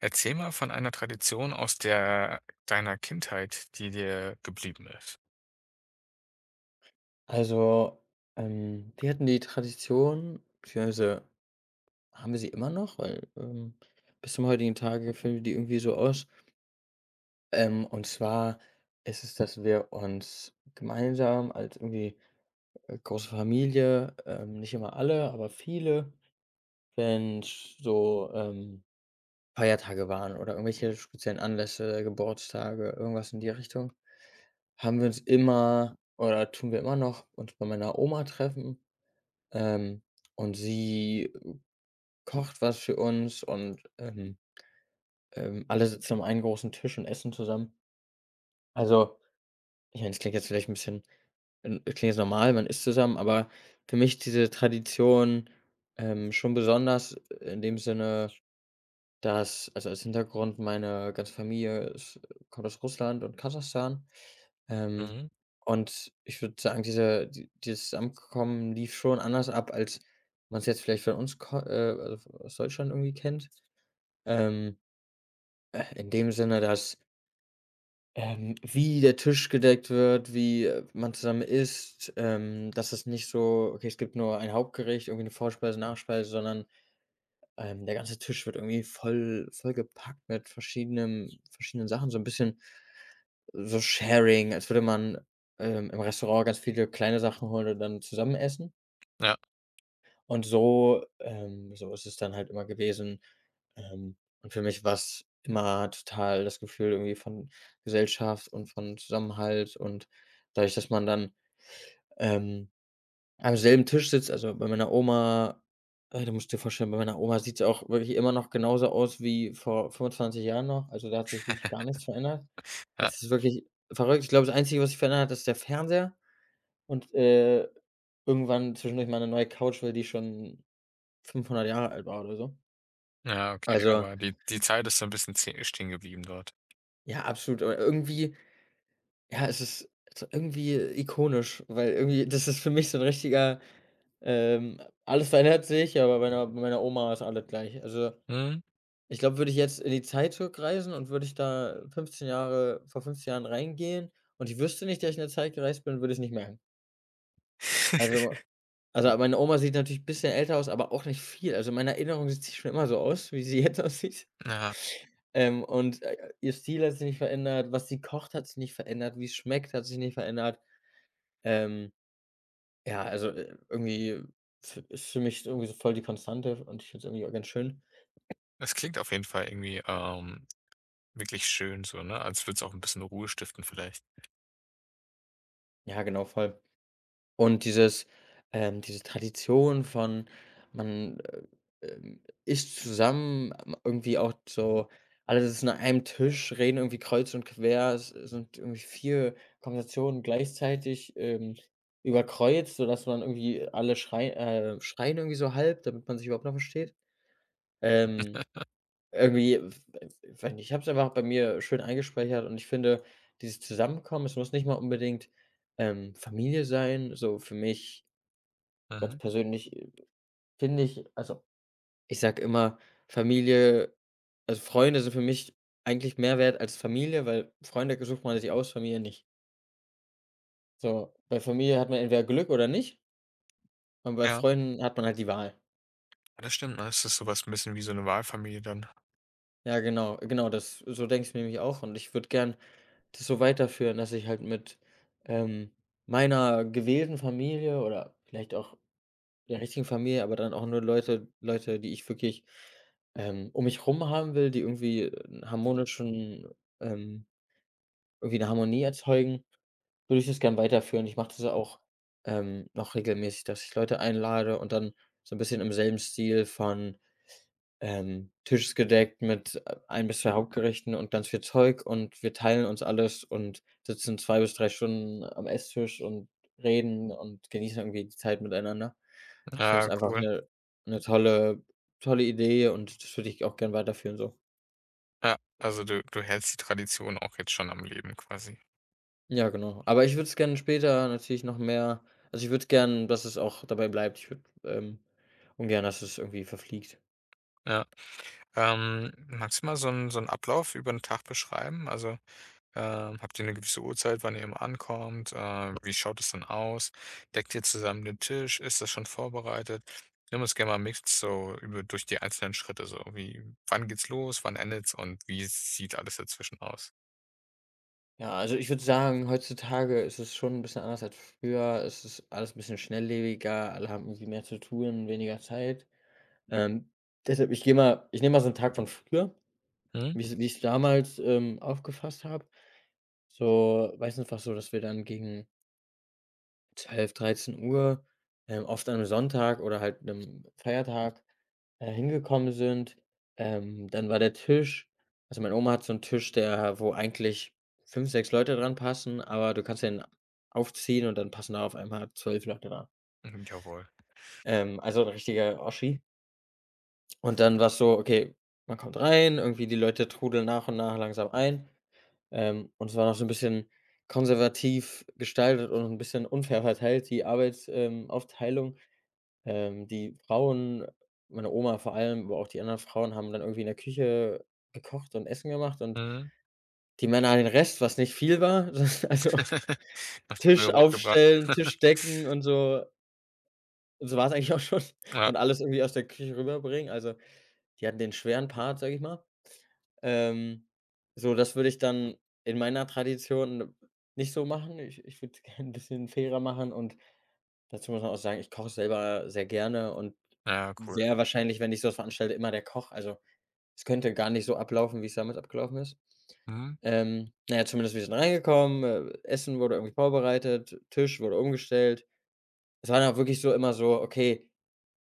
Erzähl mal von einer Tradition aus der deiner Kindheit, die dir geblieben ist. Also, wir hatten die Tradition, beziehungsweise haben wir sie immer noch, weil, bis zum heutigen Tage führen wir die irgendwie so aus. Und zwar ist es, dass wir uns gemeinsam als irgendwie, große Familie, nicht immer alle, aber viele, wenn so, Feiertage waren oder irgendwelche speziellen Anlässe, Geburtstage, irgendwas in die Richtung, haben wir uns immer oder tun wir immer noch uns bei meiner Oma treffen. Ähm, und sie kocht was für uns und, alle sitzen am einen großen Tisch und essen zusammen. Also, ich meine, es klingt jetzt vielleicht ein bisschen klingt jetzt normal, man isst zusammen, aber für mich ist diese Tradition, schon besonders in dem Sinne, dass also, als Hintergrund meine ganze Familie ist kommt aus Russland und Kasachstan. Ähm, Mhm. und ich würde sagen, dieses Zusammenkommen lief schon anders ab, als man es jetzt vielleicht von uns ko also aus Deutschland irgendwie kennt. Ähm, in dem Sinne, dass, wie der Tisch gedeckt wird, wie, man zusammen isst, dass es nicht so: „Okay, es gibt nur ein Hauptgericht, irgendwie eine Vorspeise, Nachspeise“, sondern der ganze Tisch wird irgendwie voll gepackt mit verschiedenen Sachen, so ein bisschen so Sharing, als würde man, im Restaurant ganz viele kleine Sachen holen und dann zusammen essen. Ja, Und so so ist es dann halt immer gewesen. Und für mich war es immer total das Gefühl irgendwie von Gesellschaft und von Zusammenhalt und dadurch, dass man dann, ähm am selben Tisch sitzt also, bei meiner Oma du musst dir vorstellen, bei meiner Oma sieht es auch wirklich immer noch genauso aus wie vor 25 Jahren noch. Also, da hat sich wirklich gar nichts verändert. ja, Es ist wirklich verrückt. Ich glaube, das Einzige, was sich verändert hat, ist der Fernseher und, irgendwann zwischendurch mal eine neue Couch, weil die schon 500 Jahre alt war oder so. ja, okay, Also, aber die Zeit ist so ein bisschen stehen geblieben dort. ja, absolut. Aber irgendwie ja, es ist so irgendwie ikonisch, weil irgendwie das ist für mich so ein richtiger, alles verändert sich, aber bei meiner Oma ist alles gleich. Also, Mhm. ich glaube, würde ich jetzt in die Zeit zurückreisen und würde ich da 15 Jahre vor 15 Jahren reingehen und ich wüsste nicht, dass ich in der Zeit gereist bin, würde ich's nicht merken. Also also, meine Oma sieht natürlich ein bisschen älter aus, aber auch nicht viel. Also, in meiner Erinnerung sieht sie schon immer so aus, wie sie jetzt aussieht. Ja, Und, ihr Stil hat sich nicht verändert, was sie kocht, hat sich nicht verändert, wie es schmeckt, hat sich nicht verändert. Ähm, ja, also, irgendwie f ist für mich irgendwie so voll die Konstante und ich finde es irgendwie auch ganz schön. es klingt auf jeden Fall irgendwie, wirklich schön so, ne, als würde es auch ein bisschen Ruhe stiften vielleicht. Ja, genau, voll. Und dieses diese Tradition von man, äh, isst zusammen, irgendwie auch so alle sitzen an einem Tisch, reden irgendwie kreuz und quer. Es sind irgendwie 4 Konversationen gleichzeitig, überkreuzt, sodass man irgendwie alle schrei schreien irgendwie so halb, damit man sich überhaupt noch versteht. Ähm Irgendwie, ich weiß nicht, ich habe es einfach bei mir schön eingespeichert und ich finde, dieses Zusammenkommen, es muss nicht mal unbedingt, Familie sein. So für mich ganz Mhm. persönlich, finde ich also, ich sage immer, Familie also Freunde sind für mich eigentlich mehr wert als Familie, weil Freunde sucht man sich aus, Familie nicht. So, bei Familie hat man entweder Glück oder nicht und bei Ja, Freunden hat man halt die Wahl. das stimmt, ne? Es ist so was 'n bisschen wie so eine Wahlfamilie dann. Ja, genau, genau das so denke ich mir nämlich auch und ich würde gern das so weiterführen, dass ich halt mit, ähm, meiner gewählten Familie oder vielleicht auch der richtigen Familie, aber dann auch nur Leute, die ich wirklich, um mich rum haben will, die irgendwie 'n harmonischen ähm, irgendwie eine Harmonie erzeugen, würde ich das gern weiterführen. Ich mache das ja auch, noch regelmäßig, dass ich Leute einlade und dann so ein bisschen im selben Stil von Tisch ist gedeckt mit ein bis 2 Hauptgerichten und ganz viel Zeug und wir teilen uns alles und sitzen 2 bis 3 Stunden am Esstisch und reden und genießen irgendwie die Zeit miteinander. Ich finde es Ja, einfach cool. 'Ne tolle Idee und das würde ich auch gern weiterführen so. Ja, also du hältst die Tradition auch jetzt schon am Leben quasi. Ja, genau. Aber ich würde es gerne später natürlich noch mehr also, ich würde es gern, dass es auch dabei bleibt. Ich würde, ungern, dass es irgendwie verfliegt. Ja. Magst du mal so einen Ablauf über den Tag beschreiben? Also, habt ihr eine gewisse Uhrzeit, wann ihr immer ankommt? Wie schaut es denn aus? Deckt ihr zusammen den Tisch? Ist das schon vorbereitet? Nimm uns gerne mal mit so über durch die einzelnen Schritte so. Wie Wann geht's los? Wann endet's? Und wie sieht alles dazwischen aus? Ja, also ich würde sagen, heutzutage ist es schon ein bisschen anders als früher. Es ist alles ein bisschen schnelllebiger, alle haben irgendwie mehr zu tun, weniger Zeit. Ähm, Deshalb, ich nehme mal so einen Tag von früher, Mhm. wie ich es damals, aufgefasst habe. So, weiß einfach so, dass wir dann gegen 12, 13:00, oft an 'nem Sonntag oder halt einem Feiertag, hingekommen sind. Dann war der Tisch also, meine Oma hat so einen Tisch, der wo eigentlich 5 6 Leute dran passen, aber du kannst den aufziehen und dann passen da auf einmal 12 Leute dran. Mhm, jawohl. Also 'n richtiger Oschi. Und dann war's so, okay, man kommt rein, irgendwie die Leute trudeln nach und nach langsam ein, und es war noch so ein bisschen konservativ gestaltet und ein bisschen unfair verteilt, die Arbeitsaufteilung Aufteilung. Die Frauen, meine Oma vor allem, aber auch die anderen Frauen haben dann irgendwie in der Küche gekocht und Essen gemacht und Mhm. die Männer den Rest, was nicht viel war. Das also Hast du Müll Tisch rausgebracht? aufstellen, Tisch decken und so. Und so war es eigentlich auch schon. Ja. Und alles irgendwie aus der Küche rüberbringen. Also, die hatten den schweren Part, sage ich mal. Ähm, so, das würde ich dann in meiner Tradition nicht so machen. Ich würde es gerne 'n bisschen fairer machen und dazu muss man auch sagen, ich koche selber sehr gerne und Ja, cool. sehr wahrscheinlich, wenn ich so was veranstalte, immer der Koch. Also, es könnte gar nicht so ablaufen, wie es damals abgelaufen ist. Mhm. Na ja, zumindest wir sind reingekommen, Essen wurde irgendwie vorbereitet, Tisch wurde umgestellt. Es war dann auch wirklich so immer so, okay,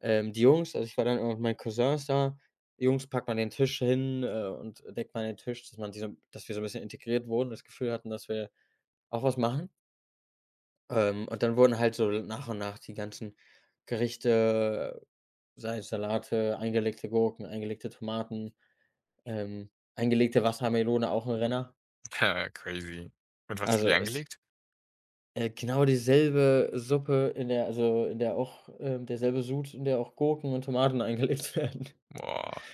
die Jungs also, ich war dann immer mit meinen Cousins da. Jungs, packt mal den Tisch hin, und deckt mal den Tisch, dass man die so dass wir so ein bisschen integriert wurden, das Gefühl hatten, dass wir auch was machen. Und dann wurden halt so nach und nach die ganzen Gerichte, sei es Salate, eingelegte Gurken, eingelegte Tomaten, ähm, eingelegte Wassermelone, auch ein Renner. Ja, crazy. Und was für Also, die ist, angelegt? Genau dieselbe Suppe, in der also, in der auch derselbe Sud, in der auch Gurken und Tomaten eingelegt werden. Boah,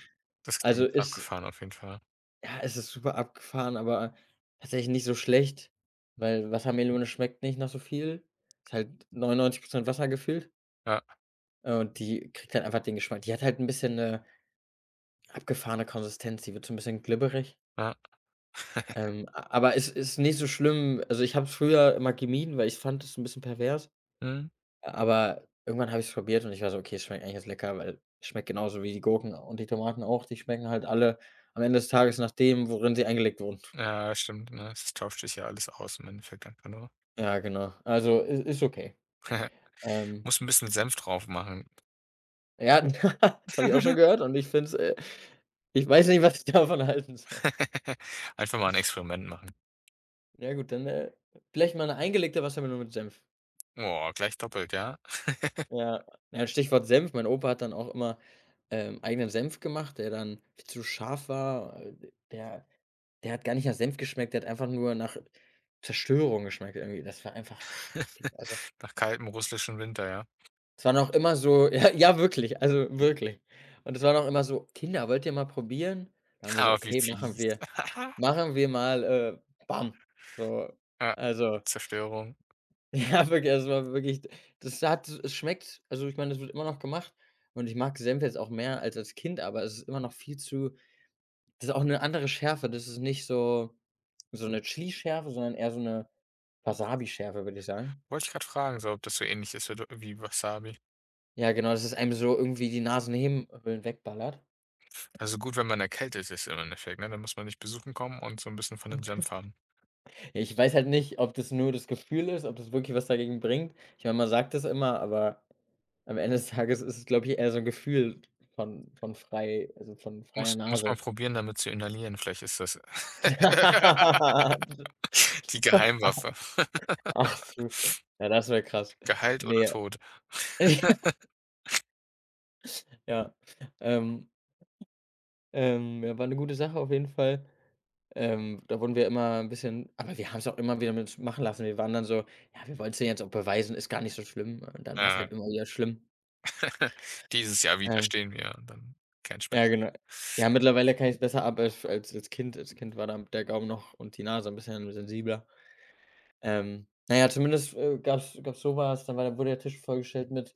das Also, klingt ist abgefahren auf jeden Fall. ja, es ist super abgefahren, aber tatsächlich nicht so schlecht, weil Wassermelone schmeckt nicht nach so viel. Ist halt 99 Wasser gefüllt. Ja, Und die kriegt halt einfach den Geschmack. Die hat halt ein bisschen eine abgefahrene Konsistenz, die wird so ein bisschen glibberig. ja. A Aber es ist nicht so schlimm. Also, ich habe es früher immer gemieden, weil ich fand es ein bisschen pervers, Mhm. aber irgendwann habe ich es probiert und ich war so: „Okay, es schmeckt eigentlich jetzt lecker“, weil es schmeckt genauso wie die Gurken und die Tomaten auch. Die schmecken halt alle am Ende des Tages nach dem, worin sie eingelegt wurden. Ja, stimmt, ne? Das tauscht sich ja alles aus im Endeffekt einfach nur. Ja, genau. Also, i ist okay. Ähm, Muss ein bisschen Senf drauf machen. ja, das habe ich auch schon gehört und ich finde es, ich weiß nicht, was ich davon halten soll. Einfach mal ein Experiment machen. Ja gut, dann, vielleicht mal 'ne eingelegte Wassermelone mit Senf. Oh, gleich doppelt, ja? Ja, ja, Stichwort Senf. Mein Opa hat dann auch immer, eigenen Senf gemacht, der dann viel zu scharf war. D der Der hat gar nicht nach Senf geschmeckt, der hat einfach nur nach Zerstörung geschmeckt irgendwie. Das war einfach das war zu viel. Also, Nach kaltem russischen Winter, ja? es waren auch immer so ja, ja, wirklich, also wirklich. Und es waren auch immer so: „Kinder, wollt ihr mal probieren?“ Da haben wir so: Aber wie „Okay, fies. Machen wir mal, bam.“ So, Ja, also Zerstörung. ja, wirklich, also, war wirklich das hat es schmeckt also, ich meine, das wird immer noch gemacht und ich mag Senf jetzt auch mehr als Kind, aber es ist immer noch viel zu das ist auch eine andere Schärfe. Das ist nicht so eine Chili-Schärfe, sondern eher so 'ne Wasabischärfe, würde ich sagen. Wollte ich gerade fragen, so, ob das so ähnlich ist wird wie Wasabi. Ja, genau, dass es einem so irgendwie die Nasennebenhöhlen wegballert. Also, gut, wenn man erkältet ist im Endeffekt, ne? Dann muss man nicht besuchen kommen und so ein bisschen von dem Senf haben. Ja, ich weiß halt nicht, ob das nur das Gefühl ist, ob das wirklich was dagegen bringt. Ich meine, man sagt das immer, aber am Ende des Tages ist es, glaube ich, eher so ein Gefühl von frei also, von Muss freier muss man Nase. probieren, damit zu inhalieren. Vielleicht ist das die Geheimwaffe. Ach so. Ja, das wäre krass. Geheilt oder Ne, tot. ja. Ähm, ja, war eine gute Sache auf jeden Fall. Da wurden wir immer ein bisschen, aber wir haben es auch immer wieder mit uns machen lassen. Wir waren dann so: „Ja, wir wollten denen jetzt auch beweisen, ist gar nicht so schlimm.“ Und dann war es Äh, halt immer wieder schlimm. dieses Jahr wieder Ähm, stehen wir und dann kein Schmerz. ja, genau. Ja, mittlerweile kann ich es besser ab als als Kind. Als Kind war da der Gaumen noch und die Nase ein bisschen sensibler. Na ja, zumindest, gab's so was, dann war wurde der Tisch vollgestellt mit.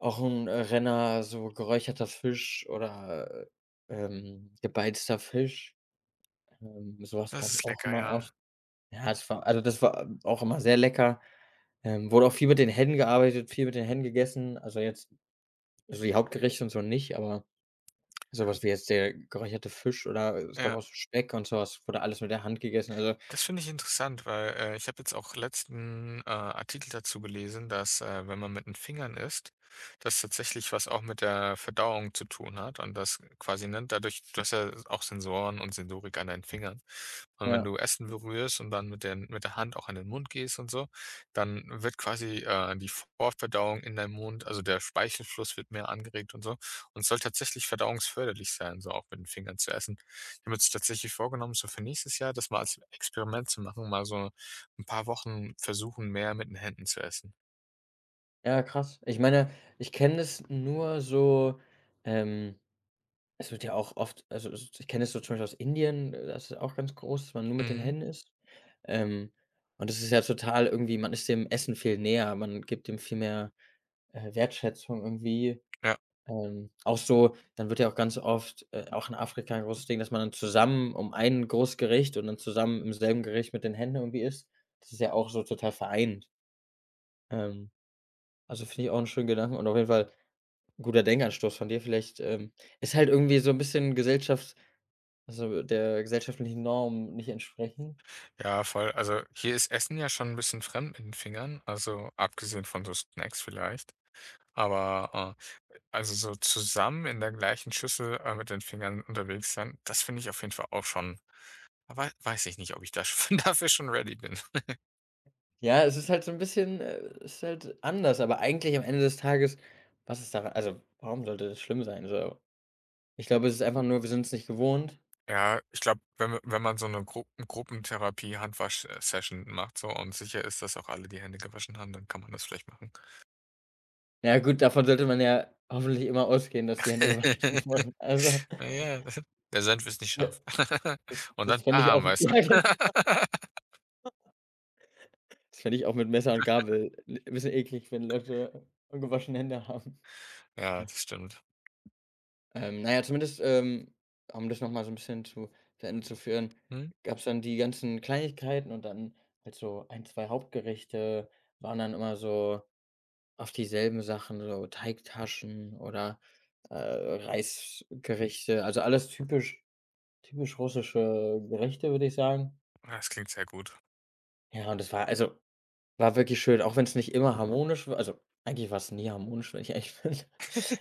Auch 'n, Renner, so geräucherter Fisch oder, gebeizter Fisch. So Das gab's ist auch lecker, immer ja. oft. Ja, es war, also das war auch immer sehr lecker. Wurde auch viel mit den Händen gearbeitet, viel mit den Händen gegessen. Also jetzt, also die Hauptgerichte und so nicht, aber sowas wie jetzt der geräucherte Fisch oder es gab Ja. auch so Speck und sowas wurde alles mit der Hand gegessen. Also Das finde ich interessant, weil, ich habe jetzt auch letzten, Artikel dazu gelesen, dass, wenn man mit den Fingern isst, das tatsächlich was auch mit der Verdauung zu tun hat und das quasi, nennt dadurch du hast ja auch Sensoren und Sensorik an deinen Fingern. Und wenn ja, du Essen berührst und dann mit der Hand auch an den Mund gehst und so, dann wird quasi, die Vorverdauung in deinem Mund, also der Speichelfluss wird mehr angeregt und so, und es soll tatsächlich verdauungsförderlich sein, so auch mit den Fingern zu essen. Ich habe jetzt tatsächlich vorgenommen, so für nächstes Jahr das mal als Experiment zu machen, mal so ein paar Wochen versuchen, mehr mit den Händen zu essen. ja, krass. Ich meine, ich kenne das nur so, ähm es wird ja auch oft, also es, ich kenne es so zum Beispiel aus Indien, das ist auch ganz groß, dass man nur mit den Mhm. Händen isst. Ähm, und das ist ja total, irgendwie man ist dem Essen viel näher, man gibt dem viel mehr, Wertschätzung irgendwie. Ja. Auch so, dann wird ja auch ganz oft, auch in Afrika ein großes Ding, dass man dann zusammen um ein großes Gericht und dann zusammen im selben Gericht mit den Händen irgendwie isst. Das ist ja auch so total vereint. Ähm, also, finde ich auch 'n schönen Gedanken und auf jeden Fall 'n guter Denkanstoß von dir. Vielleicht, ist halt irgendwie so ein bisschen Gesellschafts, also der gesellschaftlichen Norm nicht entsprechen? Ja, voll. Also, hier ist Essen ja schon ein bisschen fremd mit den Fingern, also, abgesehen von so Snacks vielleicht. Aber, also, so zusammen in der gleichen Schüssel, mit den Fingern unterwegs sein, das finde ich auf jeden Fall auch schon. Aber weiß ich nicht, ob ich da schon dafür schon ready bin. Ja, es ist halt so ein bisschen, es ist halt anders, aber eigentlich am Ende des Tages, was ist daran, also warum sollte das schlimm sein, so? Ich glaube, es ist einfach nur, wir sind es nicht gewohnt. Ja, ich glaube, wenn ma wenn man so eine Gruppentherapie Handwasch Session macht so und sicher ist, dass auch alle die Hände gewaschen haben, dann kann man das vielleicht machen. Na ja, gut, davon sollte man ja hoffentlich immer ausgehen, dass die Hände gewaschen wurden. Also Na ja, der Senf ist nicht ja, scharf. das Und dann das fände ich bam, auch weißt ja, du? genau. Das fände ich auch mit Messer und Gabel 'n bisschen eklig, wenn Leute ungewaschene Hände haben. Ja, das stimmt. Na ja, zumindest, um das noch mal so ein bisschen zu Ende zu führen, Mhm. gab's dann die ganzen Kleinigkeiten und dann halt so 1, 2 Hauptgerichte, waren dann immer so oft dieselben Sachen, so Teigtaschen oder, Reisgerichte, also alles typisch, russische Gerichte, würde ich sagen. Das klingt sehr gut. Ja, und das war, also war wirklich schön, auch wenn's nicht immer harmonisch war. Also eigentlich war's nie harmonisch, wenn ich ehrlich bin.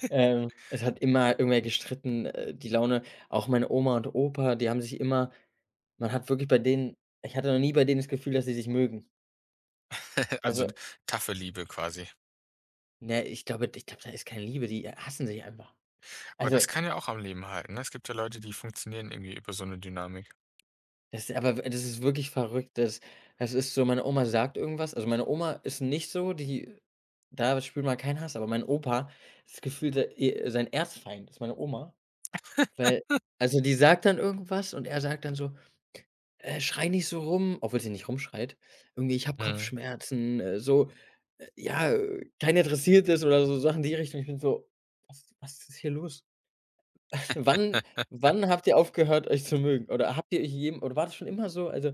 Es hat immer irgendwer gestritten, die Laune, auch meine Oma und Opa, die haben sich immer, man hat wirklich bei denen, ich hatte noch nie bei denen das Gefühl, dass sie sich mögen. Also, Also taffe Liebe quasi. ne, ich glaube, da ist keine Liebe, die hassen sich einfach. Aber das Also kann ja auch am Leben halten, ne? Es gibt ja Leute, die funktionieren irgendwie über so eine Dynamik. das aber w das ist wirklich verrückt. Das ist so, meine Oma sagt irgendwas, also meine Oma ist nicht so, die, da spürt man keinen Hass, aber mein Opa ist gefühlt se e sein Erzfeind, ist meine Oma. Weil, also die sagt dann irgendwas und er sagt dann so: „Schrei nicht so rum“, obwohl sie nicht rumschreit. Irgendwie: „Ich habe Mhm. Kopfschmerzen“, so, ja, „keiner interessiert es“ oder so Sachen in die Richtung. Ich bin so: „Was ist hier los?“ Wann wann habt ihr aufgehört, euch zu mögen? Oder habt ihr euch je, oder war das schon immer so? Also,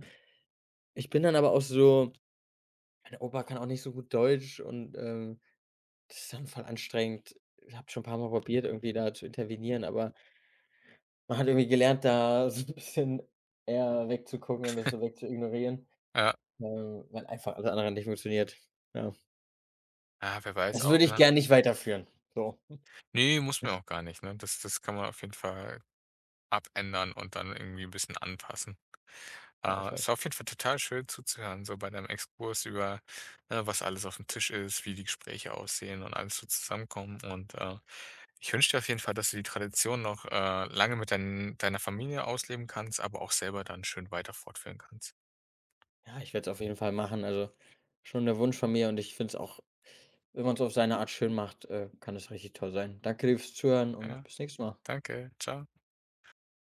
ich bin dann aber auch so, mein Opa kann auch nicht so gut Deutsch und, das ist dann voll anstrengend. Ich habe schon ein paar mal probiert, irgendwie da zu intervenieren, aber man hat irgendwie gelernt, da so 'n bisschen eher wegzugucken und das so wegzuignorieren, Ja. Weil einfach alles andere nicht funktioniert. Ja. Ja, wer weiß Das auch, würde ich ne? gern nicht weiterführen. So, Ne, muss man auch gar nicht, ne? Das kann man auf jeden Fall abändern und dann irgendwie 'n bisschen anpassen. ja, voll. Es auf jeden Fall total schön zuzuhören, so bei deinem Exkurs über, ne, was alles auf dem Tisch ist, wie die Gespräche aussehen und alles so zusammenkommen. Und, ich wünsche dir auf jeden Fall, dass du die Tradition noch, lange mit deiner Familie ausleben kannst, aber auch selber dann schön weiter fortführen kannst. Ja, ich werde es auf jeden Fall machen. Also, schon der Wunsch von mir und ich finde es auch, wenn man's auf seine Art schön macht, kann es richtig toll sein. Danke dir fürs Zuhören und Ja, bis nächstes Mal. danke. Ciao.